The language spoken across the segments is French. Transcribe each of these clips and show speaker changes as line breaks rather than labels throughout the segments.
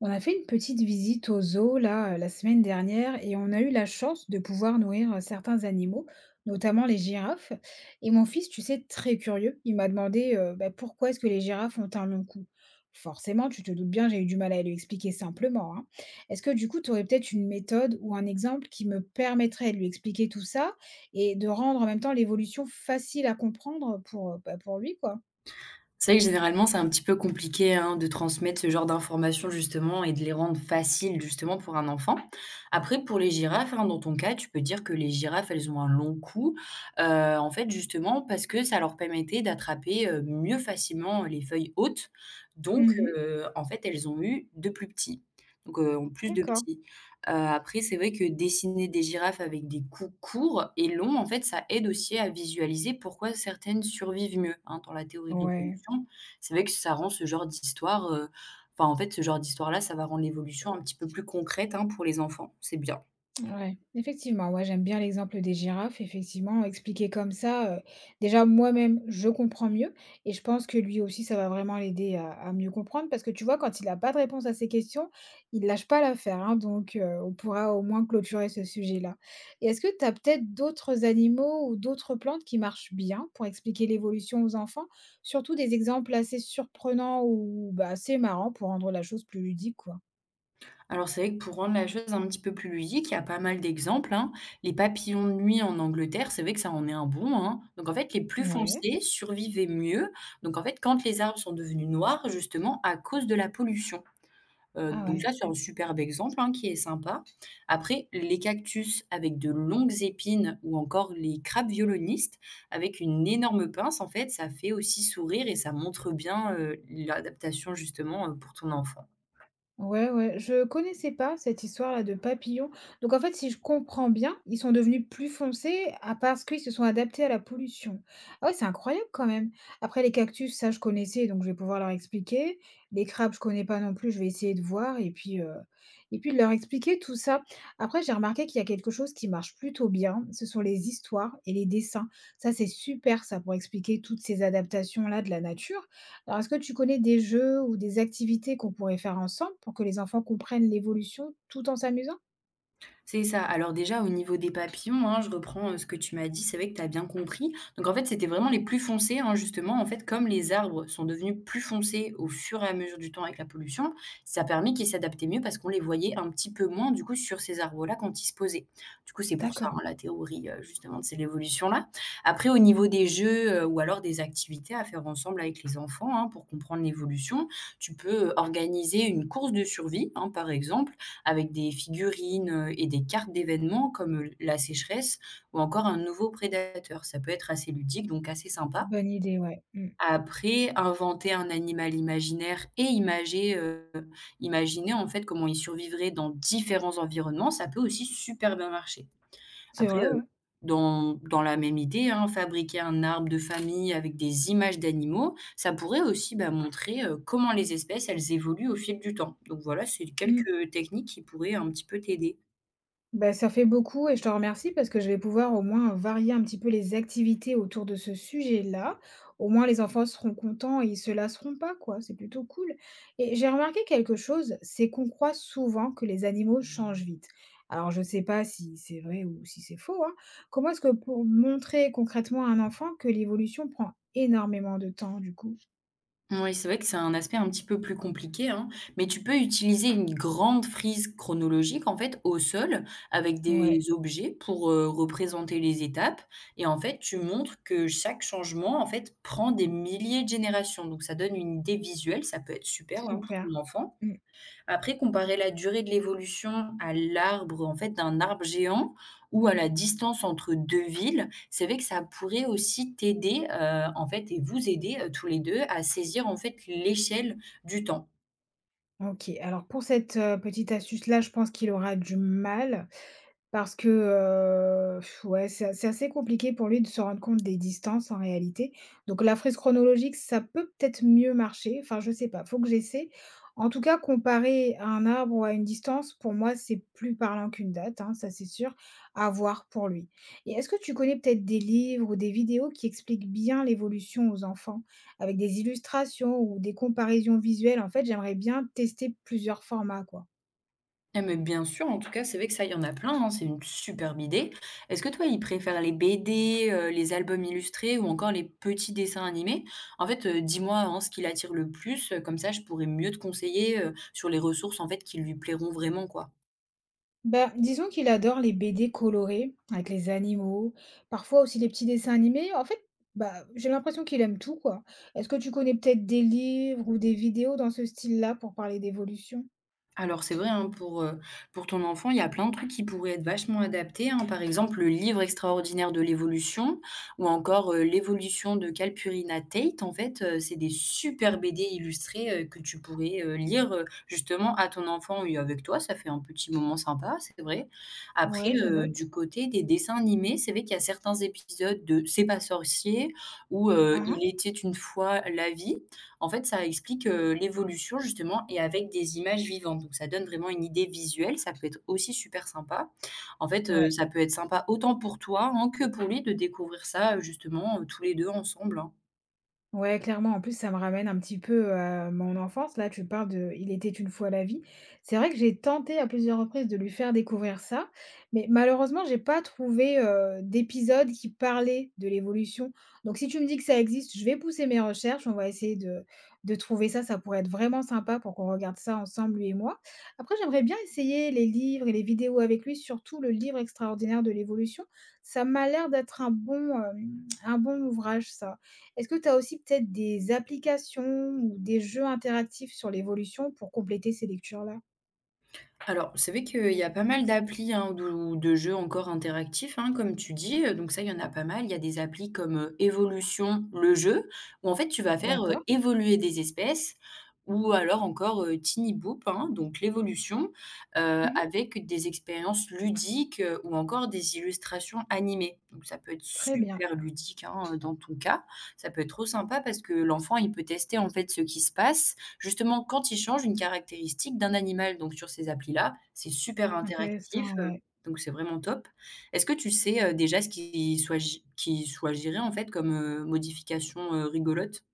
On a fait une petite visite au zoo là, la semaine dernière et on a eu la chance de pouvoir nourrir certains animaux, notamment les girafes. Et mon fils, tu sais, très curieux, il m'a demandé pourquoi est-ce que les girafes ont un long cou. Forcément, tu te doutes bien, j'ai eu du mal à lui expliquer simplement, hein. Est-ce que du coup, tu aurais peut-être une méthode ou un exemple qui me permettrait de lui expliquer tout ça et de rendre en même temps l'évolution facile à comprendre pour, pour lui, quoi?
C'est vrai que généralement, c'est un petit peu compliqué, hein, de transmettre ce genre d'informations justement et de les rendre faciles justement pour un enfant. Après pour les girafes, hein, dans ton cas, tu peux dire que les girafes, elles ont un long cou, heu, en fait justement parce que ça leur permettait d'attraper, mieux facilement les feuilles hautes donc
Mhm,
en fait, elles ont eu 2 plus petits, donc plus de
d'accord.
petits. Après, c'est vrai que dessiner des girafes avec des coups courts et longs, en fait, ça aide aussi à visualiser pourquoi certaines survivent mieux, hein, dans la théorie de
Ouais.
l'évolution. C'est vrai que ça rend ce genre d'histoire, enfin, en fait, ce genre d'histoire-là, ça va rendre l'évolution un petit peu plus concrète, hein, pour les enfants, c'est bien.
Ouais, effectivement, ouais, j'aime bien l'exemple des girafes. Effectivement, expliqué comme ça, déjà moi-même, je comprends mieux et je pense que lui aussi, ça va vraiment l'aider à mieux comprendre parce que tu vois, quand il n'a pas de réponse à ses questions, il lâche pas l'affaire, hein, donc on pourra au moins clôturer ce sujet-là. Et est-ce que tu as peut-être d'autres animaux ou d'autres plantes qui marchent bien pour expliquer l'évolution aux enfants, surtout des exemples assez surprenants ou bah, assez marrants pour rendre la chose plus ludique, quoi?
Alors, c'est vrai que pour rendre la chose un petit peu plus ludique, il y a pas mal d'exemples, hein. Les papillons de nuit en Angleterre, c'est vrai que ça en est un bon, hein. Donc en fait, les plus
Ouais,
foncés survivaient mieux. Donc en fait, quand les arbres sont devenus noirs, justement, à cause de la pollution.
ah
Donc ça,
ouais.
c'est un superbe exemple, hein, qui est sympa. Après, les cactus avec de longues épines ou encore les crabes violonistes avec une énorme pince, en fait, ça fait aussi sourire et ça montre bien, l'adaptation justement, pour ton enfant.
Ouais, ouais, je connaissais pas cette histoire-là de papillons. Donc en fait, si je comprends bien, ils sont devenus plus foncés à parce qu'ils se sont adaptés à la pollution. Ah ouais, c'est incroyable quand même. Après les cactus, ça je connaissais, donc je vais pouvoir leur expliquer. Les crabes, je connais pas non plus, je vais essayer de voir et puis de leur expliquer tout ça. Après, j'ai remarqué qu'il y a quelque chose qui marche plutôt bien, ce sont les histoires et les dessins. Ça, c'est super ça pour expliquer toutes ces adaptations-là de la nature. Alors, est-ce que tu connais des jeux ou des activités qu'on pourrait faire ensemble pour que les enfants comprennent l'évolution tout en s'amusant?
C'est ça. Alors déjà, au niveau des papillons, hein, je reprends, ce que tu m'as dit, c'est vrai que tu as bien compris. Donc en fait, c'était vraiment les plus foncés, hein, justement, en fait, comme les arbres sont devenus plus foncés au fur et à mesure du temps avec la pollution, ça a permis qu'ils s'adaptaient mieux parce qu'on les voyait un petit peu moins, du coup, sur ces arbres-là quand ils se posaient. Du coup, c'est pour ça, hein,
D'accord.
la théorie, justement, de c'est l'évolution-là. Après au niveau des jeux, ou alors des activités à faire ensemble avec les enfants, hein, pour comprendre l'évolution, tu peux, organiser une course de survie, hein, par exemple, avec des figurines, et des cartes d'événements comme, la sécheresse ou encore un nouveau prédateur. Ça peut être assez ludique, donc assez sympa.
Bonne idée, ouais. Mm.
Après, inventer un animal imaginaire et imaginer en fait comment il survivrait dans différents environnements, ça peut aussi super bien marcher.
C'est
Après,
vrai, ouais.
dans la même idée, hein, fabriquer un arbre de famille avec des images d'animaux, ça pourrait aussi, bah, montrer, comment les espèces, elles évoluent au fil du temps. Donc voilà, c'est
Mm.
quelques techniques qui pourraient un petit peu t'aider.
Bah, ça fait beaucoup et je te remercie parce que je vais pouvoir au moins varier un petit peu les activités autour de ce sujet-là. Au moins, les enfants seront contents et ils se lasseront pas, quoi. C'est plutôt cool. Et j'ai remarqué quelque chose, c'est qu'on croit souvent que les animaux changent vite. Alors, je sais pas si c'est vrai ou si c'est faux, hein. Comment est-ce que pour montrer concrètement à un enfant que l'évolution prend énormément de temps, du coup?
Moui, c'est vrai que c'est un aspect un petit peu plus compliqué, hein, mais tu peux utiliser une grande frise chronologique, en fait, au sol, avec des
Ouais,
objets pour, représenter les étapes et en fait, tu montres que chaque changement, en fait, prend des milliers de générations donc ça donne une idée visuelle, ça peut être super, hein, pour
super.
ton enfant
Mm.
après, comparer la durée de l'évolution à l'arbre, en fait, d'un arbre géant ou à la distance entre 2 villes, c'est vrai que ça pourrait aussi t'aider, en fait et vous aider, tous les 2 à saisir, en fait, l'échelle du temps.
Ok, alors pour cette petite astuce-là, je pense qu'il aura du mal. Parce que, ouais, c'est assez compliqué pour lui de se rendre compte des distances en réalité. Donc la frise chronologique, ça peut peut-être mieux marcher, enfin je sais pas, faut que j'essaie. En tout cas, comparer un arbre ou à une distance, pour moi, c'est plus parlant qu'une date, hein, ça c'est sûr, à voir pour lui. Et est-ce que tu connais peut-être des livres ou des vidéos qui expliquent bien l'évolution aux enfants? Avec des illustrations ou des comparaisons visuelles? En fait, j'aimerais bien tester plusieurs formats, quoi.
Ah mais bien sûr, en tout cas, c'est vrai que ça, il y en a plein, hein, c'est une superbe idée. Est-ce que toi, ils préfèrent les BD, les albums illustrés ou encore les petits dessins animés? En fait, dis-moi, hein, ce qui l'attire le plus, comme ça je pourrais mieux te conseiller, sur les ressources, en fait, qui lui plairont vraiment, quoi.
Bah, disons qu'il adore les BD colorées avec les animaux, parfois aussi les petits dessins animés. En fait, bah, j'ai l'impression qu'il aime tout, quoi. Est-ce que tu connais peut-être des livres ou des vidéos dans ce style-là pour parler d'évolution?
Alors c'est vrai, hein, pour ton enfant, il y a plein de trucs qui pourraient être vachement adaptés, hein. Par exemple, le livre extraordinaire de l'évolution ou encore, l'évolution de Calpurnia Tate. En fait, c'est des super BD illustrés, que tu pourrais, lire, justement à ton enfant et avec toi. Ça fait un petit moment sympa, c'est vrai. Après,
Ouais, je
du
note.
côté des dessins animés, c'est vrai qu'il y a certains épisodes de C'est pas sorcier ou, Il
Ah
était une fois la vie en fait, ça explique, l'évolution justement et avec des images vivantes. Donc ça donne vraiment une idée visuelle, ça peut être aussi super sympa. En fait,
ah,
Ouais.
ouais.
Ça peut être sympa autant pour toi, hein, que pour lui de découvrir ça, justement, tous les 2 ensemble, hein.
Ouais, clairement. En plus, ça me ramène un petit peu à mon enfance. Là, tu parles de Il était une fois la vie. C'est vrai que j'ai tenté à plusieurs reprises de lui faire découvrir ça, mais malheureusement, j'ai pas trouvé d'épisode qui parlait de l'évolution. Donc, si tu me dis que ça existe, je vais pousser mes recherches. On va essayer de trouver ça. Ça pourrait être vraiment sympa pour qu'on regarde ça ensemble, lui et moi. Après, j'aimerais bien essayer les livres et les vidéos avec lui, surtout le livre extraordinaire de l'évolution. Ça m'a l'air d'être un un bon ouvrage, ça. Est-ce que tu as aussi peut-être des applications ou des jeux interactifs sur l'évolution pour compléter ces lectures-là?
Alors, c'est vrai qu'il y a pas mal d'applis, hein, ou de jeux encore interactifs, hein, comme tu dis, donc ça, il y en a pas mal. Il y a des applis comme, Evolution, le jeu, où en fait tu vas faire,
D'accord.
évoluer des espèces ou alors encore, Tiny Boop, hein, donc l'évolution,
Mmh.
avec des expériences ludiques, ou encore des illustrations animées. Donc ça peut être
Très bien,
super ludique, hein, dans ton cas. Ça peut être trop sympa parce que l'enfant, il peut tester, en fait, ce qui se passe. Justement, quand ils changent une caractéristique d'un animal, donc sur ces applis-là, c'est super
intéressant,
interactif,
ouais.
donc c'est vraiment top. Est-ce que tu sais, déjà ce qui soit géré, en fait, comme, modification, rigolote?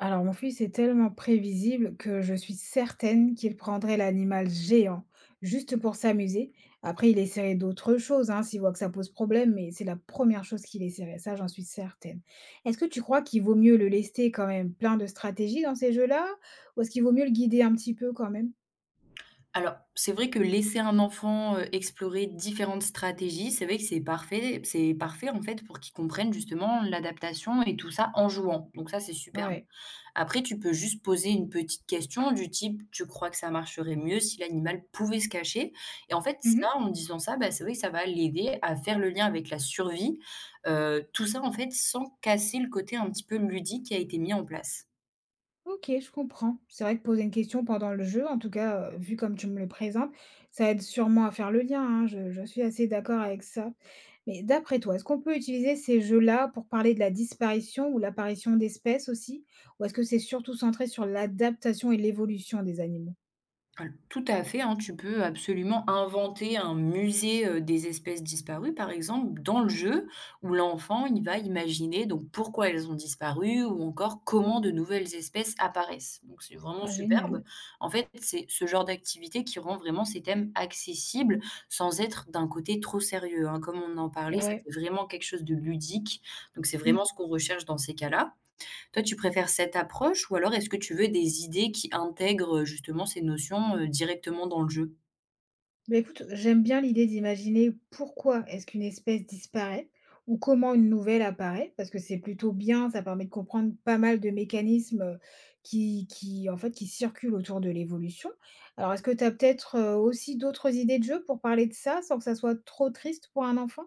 Alors mon fils est tellement prévisible que je suis certaine qu'il prendrait l'animal géant juste pour s'amuser. Après, il essaierait d'autres choses, hein, s'il voit que ça pose problème, mais c'est la première chose qu'il essaierait, ça j'en suis certaine. Est-ce que tu crois qu'il vaut mieux le laisser quand même plein de stratégies dans ces jeux-là? Ou est-ce qu'il vaut mieux le guider un petit peu quand même?
Alors, c'est vrai que laisser un enfant, explorer différentes stratégies, c'est vrai que c'est parfait, en fait, pour qu'il comprenne justement l'adaptation et tout ça en jouant, donc ça, c'est super.
Ouais.
Après, tu peux juste poser une petite question du type: «Tu crois que ça marcherait mieux si l'animal pouvait se cacher?» et en fait, ça, en disant ça, bah, c'est vrai que ça va l'aider à faire le lien avec la survie, tout ça, en fait, sans casser le côté un petit peu ludique qui a été mis en place.
OK, je comprends. C'est vrai que poser une question pendant le jeu, en tout cas, vu comme tu me le présentes, ça aide sûrement à faire le lien, hein, je suis assez d'accord avec ça. Mais d'après toi, est-ce qu'on peut utiliser ces jeux-là pour parler de la disparition ou l'apparition d'espèces aussi? Ou est-ce que c'est surtout centré sur l'adaptation et l'évolution des animaux?
Al Tout à fait, hein, tu peux absolument inventer un musée, des espèces disparues, par exemple, dans le jeu où l'enfant, il va imaginer donc pourquoi elles ont disparu ou encore comment de nouvelles espèces apparaissent. Donc c'est vraiment
Ah génial,
superbe. En fait, c'est ce genre d'activité qui rend vraiment ces thèmes accessibles sans être d'un côté trop sérieux, hein. Comme on en parlait, ça
ouais.
fait vraiment quelque chose de ludique, donc c'est
Mmh.
vraiment ce qu'on recherche dans ces cas-là. Toi, tu préfères cette approche ou alors est-ce que tu veux des idées qui intègrent, justement ces notions, directement dans le jeu?
Bah, écoute, j'aime bien l'idée d'imaginer pourquoi est-ce qu'une espèce disparaît ou comment une nouvelle apparaît, parce que c'est plutôt bien, ça permet de comprendre pas mal de mécanismes en fait, qui circulent autour de l'évolution. Alors, est-ce que tu as peut-être aussi d'autres idées de jeu pour parler de ça sans que ça soit trop triste pour un enfant?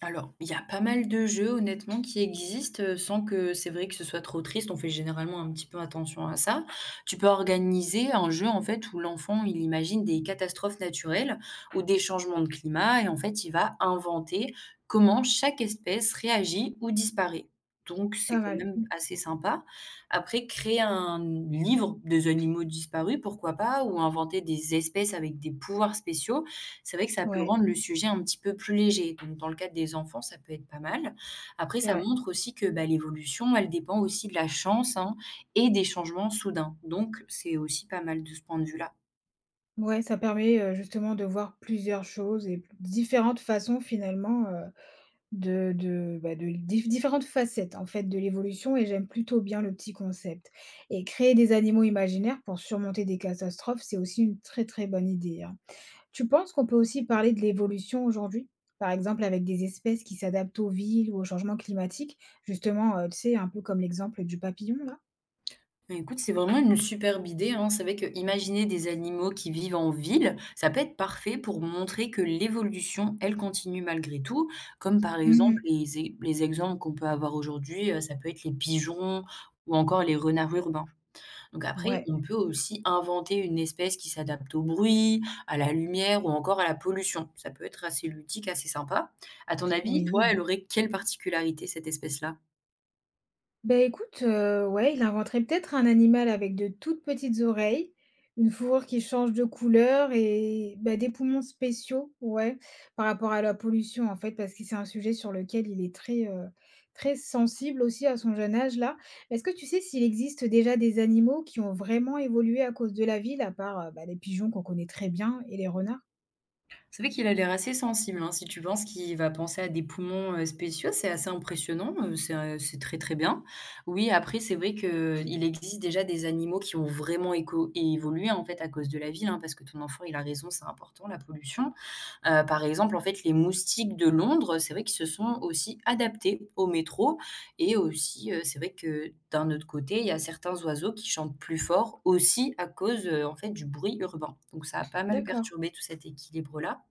Alors, il y a pas mal de jeux honnêtement qui existent, sans que c'est vrai que ce soit trop triste. On fait généralement un petit peu attention à ça. Tu peux organiser un jeu, en fait, où l'enfant, il imagine des catastrophes naturelles ou des changements de climat et en fait, il va inventer comment chaque espèce réagit ou disparaît. Donc c'est
Pas
quand
mal.
même assez sympa. Après, créer un livre des animaux disparus, pourquoi pas? Ou inventer des espèces avec des pouvoirs spéciaux. C'est vrai que ça peut
Ouais,
rendre le sujet un petit peu plus léger. Donc dans le cadre des enfants, ça peut être pas mal. Après,
c'est
ça
vrai.
montre aussi que, bah, l'évolution, elle dépend aussi de la chance, hein, et des changements soudains. Donc c'est aussi pas mal de ce point de vue-là.
Ouais, ça permet justement de voir plusieurs choses et différentes façons finalement de différentes facettes, en fait, de l'évolution et j'aime plutôt bien le petit concept et créer des animaux imaginaires pour surmonter des catastrophes, c'est aussi une très, très bonne idée, hein. Tu penses qu'on peut aussi parler de l'évolution aujourd'hui? Par exemple, avec des espèces qui s'adaptent aux villes ou au changement climatique, justement, tu sais, un peu comme l'exemple du papillon là?
Bah, écoute, c'est vraiment une superbe idée, hein. C'est vrai que imaginer des animaux qui vivent en ville, ça peut être parfait pour montrer que l'évolution, elle continue malgré tout. Comme par exemple
Mmh.
les exemples qu'on peut avoir aujourd'hui, ça peut être les pigeons ou encore les renards urbains. Donc après,
Ouais,
on peut aussi inventer une espèce qui s'adapte au bruit, à la lumière ou encore à la pollution. Ça peut être assez ludique, assez sympa. À ton avis, toi,
oui.
elle aurait quelle particularité, cette espèce-là?
Beh, écoute, ouais, il inventerait peut-être un animal avec de toutes petites oreilles, une fourrure qui change de couleur et bah, des poumons spéciaux, ouais, par rapport à la pollution, en fait, parce que c'est un sujet sur lequel il est très, très sensible aussi à son jeune âge là. Est-ce que tu sais s'il existe déjà des animaux qui ont vraiment évolué à cause de la ville, à part, bah, les pigeons qu'on connaît très bien et les renards?
C'est vrai qu'il a l'air assez sensible, hein. Si tu penses qu'il va penser à des poumons, spéciaux, c'est assez impressionnant, c'est très, très bien. Oui, après, c'est vrai qu'il existe déjà des animaux qui ont vraiment éco évolué, en fait, à cause de la ville, hein, parce que ton enfant, il a raison, c'est important, la pollution. Par exemple, en fait, les moustiques de Londres, c'est vrai qu'ils se sont aussi adaptés au métro et aussi, c'est vrai que d'un autre côté, il y a certains oiseaux qui chantent plus fort aussi à cause, en fait, du bruit urbain. Donc ça a pas mal
D'accord.
perturbé tout cet équilibre-là.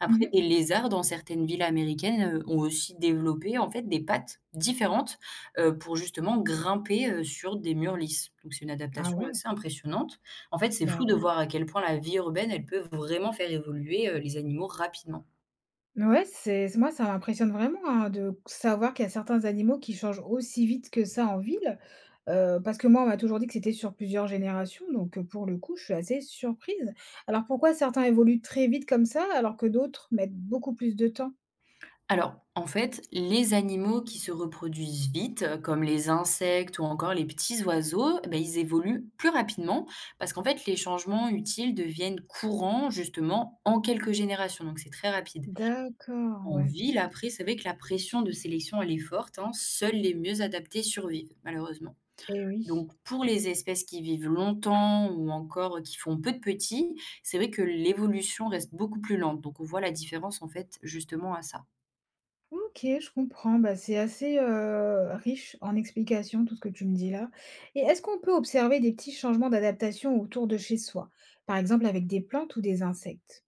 Après
Mmh.
des lézards dans certaines villes américaines, ont aussi développé, en fait, des pattes différentes, pour justement grimper, sur des murs lisses. Donc c'est une
Ah
adaptation
ouais,
assez impressionnante. En fait, c'est fou
bah,
de
oui.
voir à quel point la vie urbaine, elle peut vraiment faire évoluer, les animaux rapidement.
Ouais, c'est moi, ça m'impressionne vraiment, hein, de savoir qu'il y a certains animaux qui changent aussi vite que ça en ville. Parce que moi, on m'a toujours dit que c'était sur plusieurs générations, donc pour le coup, je suis assez surprise. Alors pourquoi certains évoluent très vite comme ça, alors que d'autres mettent beaucoup plus de temps?
Alors, en fait, les animaux qui se reproduisent vite, comme les insectes ou encore les petits oiseaux, eh ben ils évoluent plus rapidement parce qu'en fait, les changements utiles deviennent courants justement en quelques générations, donc c'est très rapide.
D'accord,
En
ouais.
ville, après, c'est vrai que la pression de sélection, elle est forte, hein. Seuls les mieux adaptés survivent, malheureusement.
Et oui.
Donc, pour les espèces qui vivent longtemps ou encore qui font peu de petits, c'est vrai que l'évolution reste beaucoup plus lente. Donc, on voit la différence, en fait, justement à ça.
OK, je comprends. Bah, c'est assez, riche en explications, tout ce que tu me dis là. Et est-ce qu'on peut observer des petits changements d'adaptation autour de chez soi? Par exemple avec des plantes ou des insectes?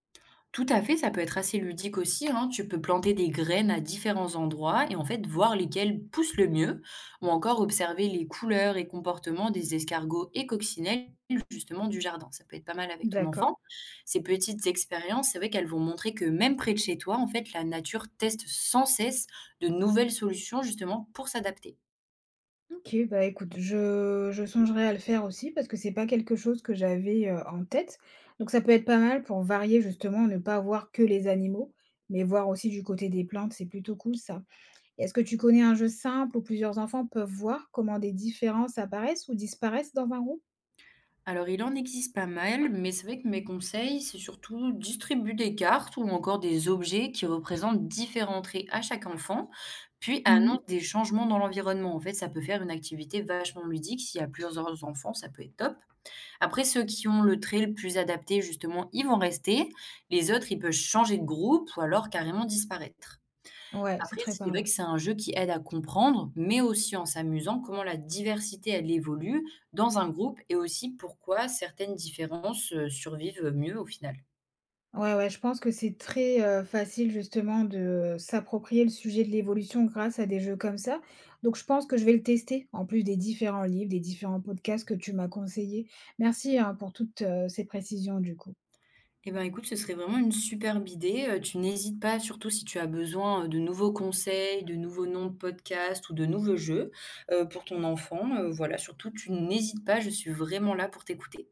Tout à fait, ça peut être assez ludique aussi, hein. Tu peux planter des graines à différents endroits et en fait voir lesquelles poussent le mieux, ou encore observer les couleurs et comportements des escargots et coccinelles justement du jardin. Ça peut être pas mal avec ton
D'accord.
enfant. Ces petites expériences, c'est vrai qu'elles vont montrer que même près de chez toi, en fait, la nature teste sans cesse de nouvelles solutions justement pour s'adapter.
OK, bah, écoute, je songerai à le faire aussi parce que c'est pas quelque chose que j'avais, en tête. Donc ça peut être pas mal pour varier justement, ne pas voir que les animaux, mais voir aussi du côté des plantes, c'est plutôt cool ça. Et est-ce que tu connais un jeu simple où plusieurs enfants peuvent voir comment des différences apparaissent ou disparaissent dans un groupe?
Alors, il en existe pas mal, mais c'est vrai que mes conseils, c'est surtout distribuer des cartes ou encore des objets qui représentent différents traits à chaque enfant, puis annonce
Mmh.
des changements dans l'environnement. En fait, ça peut faire une activité vachement ludique. S'il y a plusieurs enfants, ça peut être top. Après, ceux qui ont le trait le plus adapté, justement, ils vont rester. Les autres, ils peuvent changer de groupe ou alors carrément disparaître.
Ouais, c'est
Après,
très
c'est vrai que
parlant.
c'est un jeu qui aide à comprendre, mais aussi en s'amusant, comment la diversité, elle évolue dans un groupe et aussi pourquoi certaines différences, survivent, mieux au final.
Ouais, ouais, je pense que c'est très, facile justement de s'approprier le sujet de l'évolution grâce à des jeux comme ça. Donc je pense que je vais le tester, en plus des différents livres, des différents podcasts que tu m'as conseillés. Merci, hein, pour toutes, ces précisions du coup.
Eh ben, écoute, ce serait vraiment une superbe idée, tu n'hésites pas, surtout si tu as besoin, de nouveaux conseils, de nouveaux noms de podcasts ou de nouveaux jeux, pour ton enfant, voilà, surtout tu n'hésites pas, je suis vraiment là pour t'écouter.